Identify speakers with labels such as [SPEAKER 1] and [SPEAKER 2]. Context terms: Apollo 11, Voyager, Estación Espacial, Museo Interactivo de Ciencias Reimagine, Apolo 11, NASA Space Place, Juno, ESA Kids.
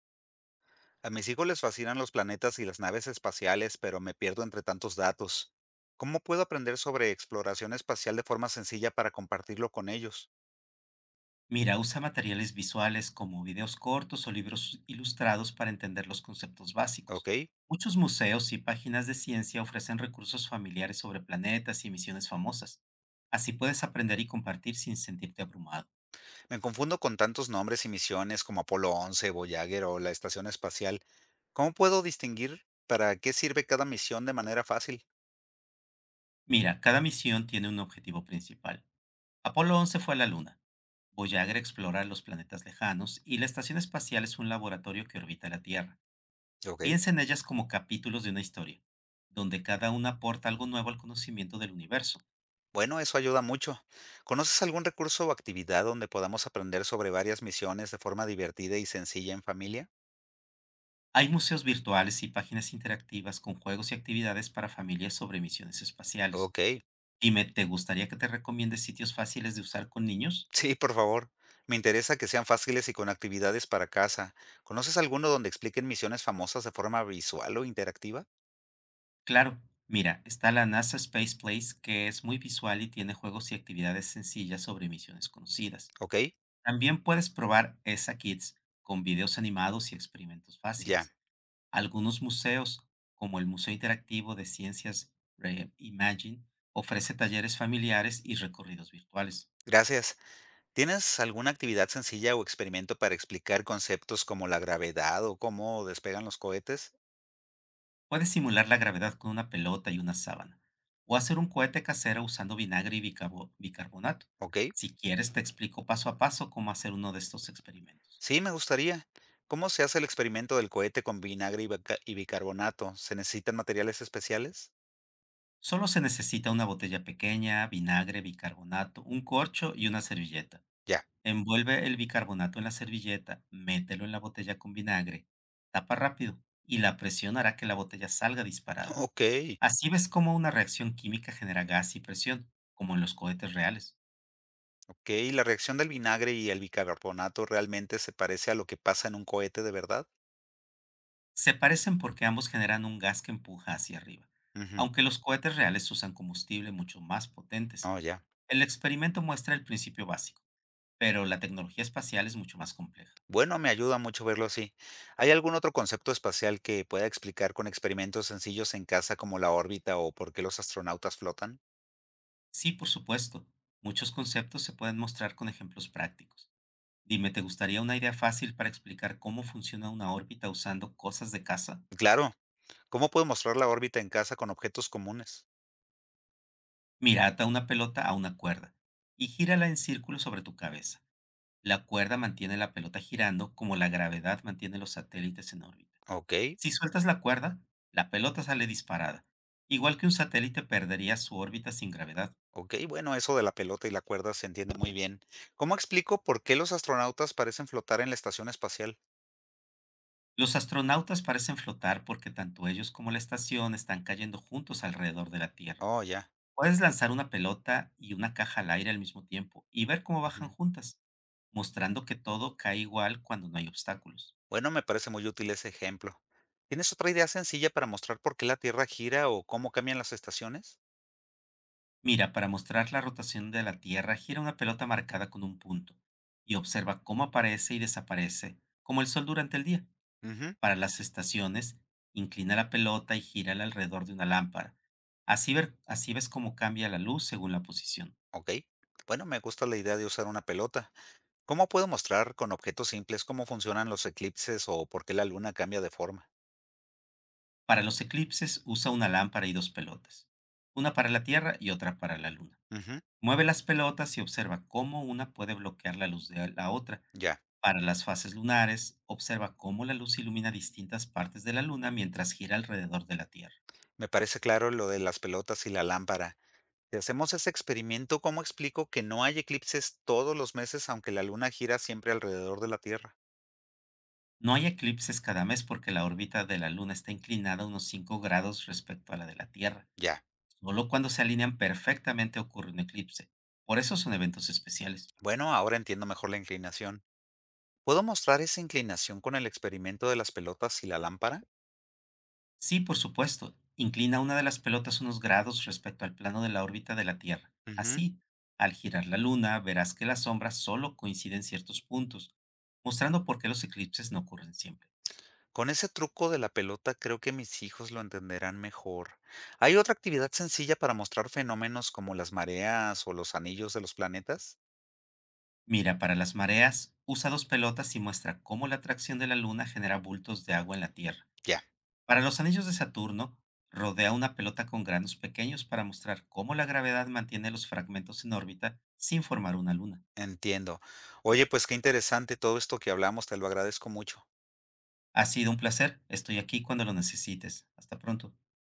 [SPEAKER 1] A mis hijos les fascinan los planetas y las naves espaciales, pero me pierdo entre tantos datos. ¿Cómo puedo aprender sobre exploración espacial de forma sencilla para compartirlo con ellos?
[SPEAKER 2] Mira, usa materiales visuales como videos cortos o libros ilustrados para entender los conceptos básicos.
[SPEAKER 1] ¿Ok?
[SPEAKER 2] Muchos museos y páginas de ciencia ofrecen recursos familiares sobre planetas y misiones famosas. Así puedes aprender y compartir sin sentirte abrumado.
[SPEAKER 1] Me confundo con tantos nombres y misiones como Apolo 11, Voyager o la Estación Espacial. ¿Cómo puedo distinguir para qué sirve cada misión de manera fácil?
[SPEAKER 2] Mira, cada misión tiene un objetivo principal. Apolo 11 fue a la Luna, Voyager explorar los planetas lejanos y la Estación Espacial es un laboratorio que orbita la Tierra.
[SPEAKER 1] ¿Ok?
[SPEAKER 2] Piensa en ellas como capítulos de una historia, donde cada una aporta algo nuevo al conocimiento del universo.
[SPEAKER 1] Bueno, eso ayuda mucho. ¿Conoces algún recurso o actividad donde podamos aprender sobre varias misiones de forma divertida y sencilla en familia?
[SPEAKER 2] Hay museos virtuales y páginas interactivas con juegos y actividades para familias sobre misiones espaciales.
[SPEAKER 1] Ok.
[SPEAKER 2] Dime, ¿te gustaría que te recomiende sitios fáciles de usar con niños?
[SPEAKER 1] Sí, por favor. Me interesa que sean fáciles y con actividades para casa. ¿Conoces alguno donde expliquen misiones famosas de forma visual o interactiva?
[SPEAKER 2] Claro, mira, está la NASA Space Place que es muy visual y tiene juegos y actividades sencillas sobre misiones conocidas.
[SPEAKER 1] Ok,
[SPEAKER 2] También puedes probar ESA Kids con videos animados y experimentos
[SPEAKER 1] ya.
[SPEAKER 2] fáciles. Algunos museos, como el Museo Interactivo de Ciencias Reimagine, ofrece talleres familiares y recorridos virtuales.
[SPEAKER 1] Gracias. ¿Tienes alguna actividad sencilla o experimento para explicar conceptos como la gravedad o cómo despegan los cohetes?
[SPEAKER 2] Puedes simular la gravedad con una pelota y una sábana, o hacer un cohete casero usando vinagre y bicarbonato.
[SPEAKER 1] Ok,
[SPEAKER 2] Si quieres, te explico paso a paso cómo hacer uno de estos experimentos.
[SPEAKER 1] sí, me gustaría. ¿Cómo se hace el experimento del cohete con vinagre y bicarbonato? ¿Se necesitan materiales especiales?
[SPEAKER 2] Solo se necesita una botella pequeña, vinagre, bicarbonato, un corcho y una servilleta.
[SPEAKER 1] Ya.
[SPEAKER 2] Envuelve el bicarbonato en la servilleta, mételo en la botella con vinagre, tapa rápido y la presión hará que la botella salga disparada.
[SPEAKER 1] Ok.
[SPEAKER 2] Así ves cómo una reacción química genera gas y presión, como en los cohetes reales.
[SPEAKER 1] Ok, ¿la reacción del vinagre y el bicarbonato realmente se parece a lo que pasa en un cohete de verdad?
[SPEAKER 2] Se parecen porque ambos generan un gas que empuja hacia arriba,
[SPEAKER 1] Ujú.
[SPEAKER 2] aunque los cohetes reales usan combustible mucho más potentes.
[SPEAKER 1] Oh, ya.
[SPEAKER 2] El experimento muestra el principio básico, pero la tecnología espacial es mucho más compleja.
[SPEAKER 1] Bueno, me ayuda mucho verlo así. ¿Hay algún otro concepto espacial que pueda explicar con experimentos sencillos en casa como la órbita o por qué los astronautas flotan?
[SPEAKER 2] Sí, por supuesto, muchos conceptos se pueden mostrar con ejemplos prácticos. Dime, ¿te gustaría una idea fácil para explicar cómo funciona una órbita usando cosas de casa?
[SPEAKER 1] Claro, ¿cómo puedo mostrar la órbita en casa con objetos comunes?
[SPEAKER 2] Mira, ata una pelota a una cuerda y gírala en círculo sobre tu cabeza. La cuerda mantiene la pelota girando como la gravedad mantiene los satélites en órbita.
[SPEAKER 1] Ok.
[SPEAKER 2] Si sueltas la cuerda, la pelota sale disparada. Igual que un satélite perdería su órbita sin gravedad.
[SPEAKER 1] Ok, bueno, eso de la pelota y la cuerda se entiende muy bien. ¿Cómo explico por qué los astronautas parecen flotar en la estación espacial?
[SPEAKER 2] Los astronautas parecen flotar porque tanto ellos como la estación están cayendo juntos alrededor de la Tierra.
[SPEAKER 1] Oh, ya.
[SPEAKER 2] Puedes lanzar una pelota y una caja al aire al mismo tiempo y ver cómo bajan
[SPEAKER 1] Ujú.
[SPEAKER 2] juntas, mostrando que todo cae igual cuando no hay obstáculos.
[SPEAKER 1] Bueno, me parece muy útil ese ejemplo. ¿Tienes otra idea sencilla para mostrar por qué la Tierra gira o cómo cambian las estaciones?
[SPEAKER 2] Mira, para mostrar la rotación de la Tierra, gira una pelota marcada con un punto y observa cómo aparece y desaparece, como el Sol durante el día.
[SPEAKER 1] Ujú.
[SPEAKER 2] Para las estaciones, inclina la pelota y gírala alrededor de una lámpara. Así, así ves cómo cambia la luz según la posición.
[SPEAKER 1] Ok. Bueno, me gusta la idea de usar una pelota. ¿Cómo puedo mostrar con objetos simples cómo funcionan los eclipses o por qué la luna cambia de forma?
[SPEAKER 2] Para los eclipses, usa una lámpara y dos pelotas, una para la Tierra y otra para la Luna.
[SPEAKER 1] Ujú.
[SPEAKER 2] Mueve las pelotas y observa cómo una puede bloquear la luz de la otra.
[SPEAKER 1] Ya.
[SPEAKER 2] Para las fases lunares, observa cómo la luz ilumina distintas partes de la Luna mientras gira alrededor de la Tierra.
[SPEAKER 1] Me parece claro lo de las pelotas y la lámpara. Si hacemos ese experimento, ¿cómo explico que no hay eclipses todos los meses aunque la luna gira siempre alrededor de la Tierra?
[SPEAKER 2] No hay eclipses cada mes porque la órbita de la Luna está inclinada unos 5 grados respecto a la de la Tierra.
[SPEAKER 1] Ya.
[SPEAKER 2] Solo cuando se alinean perfectamente ocurre un eclipse. Por eso son eventos especiales.
[SPEAKER 1] Bueno, ahora entiendo mejor la inclinación. Puedo mostrar esa inclinación con el experimento de las pelotas y la lámpara.
[SPEAKER 2] Sí, por supuesto, inclina una de las pelotas unos grados respecto al plano de la órbita de la Tierra.
[SPEAKER 1] Ujú.
[SPEAKER 2] Así, al girar la Luna, verás que las sombras solo coinciden ciertos puntos, mostrando por qué los eclipses no ocurren siempre.
[SPEAKER 1] Con ese truco de la pelota creo que mis hijos lo entenderán mejor. ¿Hay otra actividad sencilla para mostrar fenómenos como las mareas o los anillos de los planetas?
[SPEAKER 2] Mira, para las mareas, usa dos pelotas y muestra cómo la atracción de la Luna genera bultos de agua en la Tierra.
[SPEAKER 1] Ya,
[SPEAKER 2] Para los anillos de Saturno, rodea una pelota con granos pequeños para mostrar cómo la gravedad mantiene los fragmentos en órbita sin formar una luna.
[SPEAKER 1] entiendo. Oye, pues qué interesante todo esto que hablamos, te lo agradezco mucho.
[SPEAKER 2] Ha sido un placer. Estoy aquí cuando lo necesites. Hasta pronto.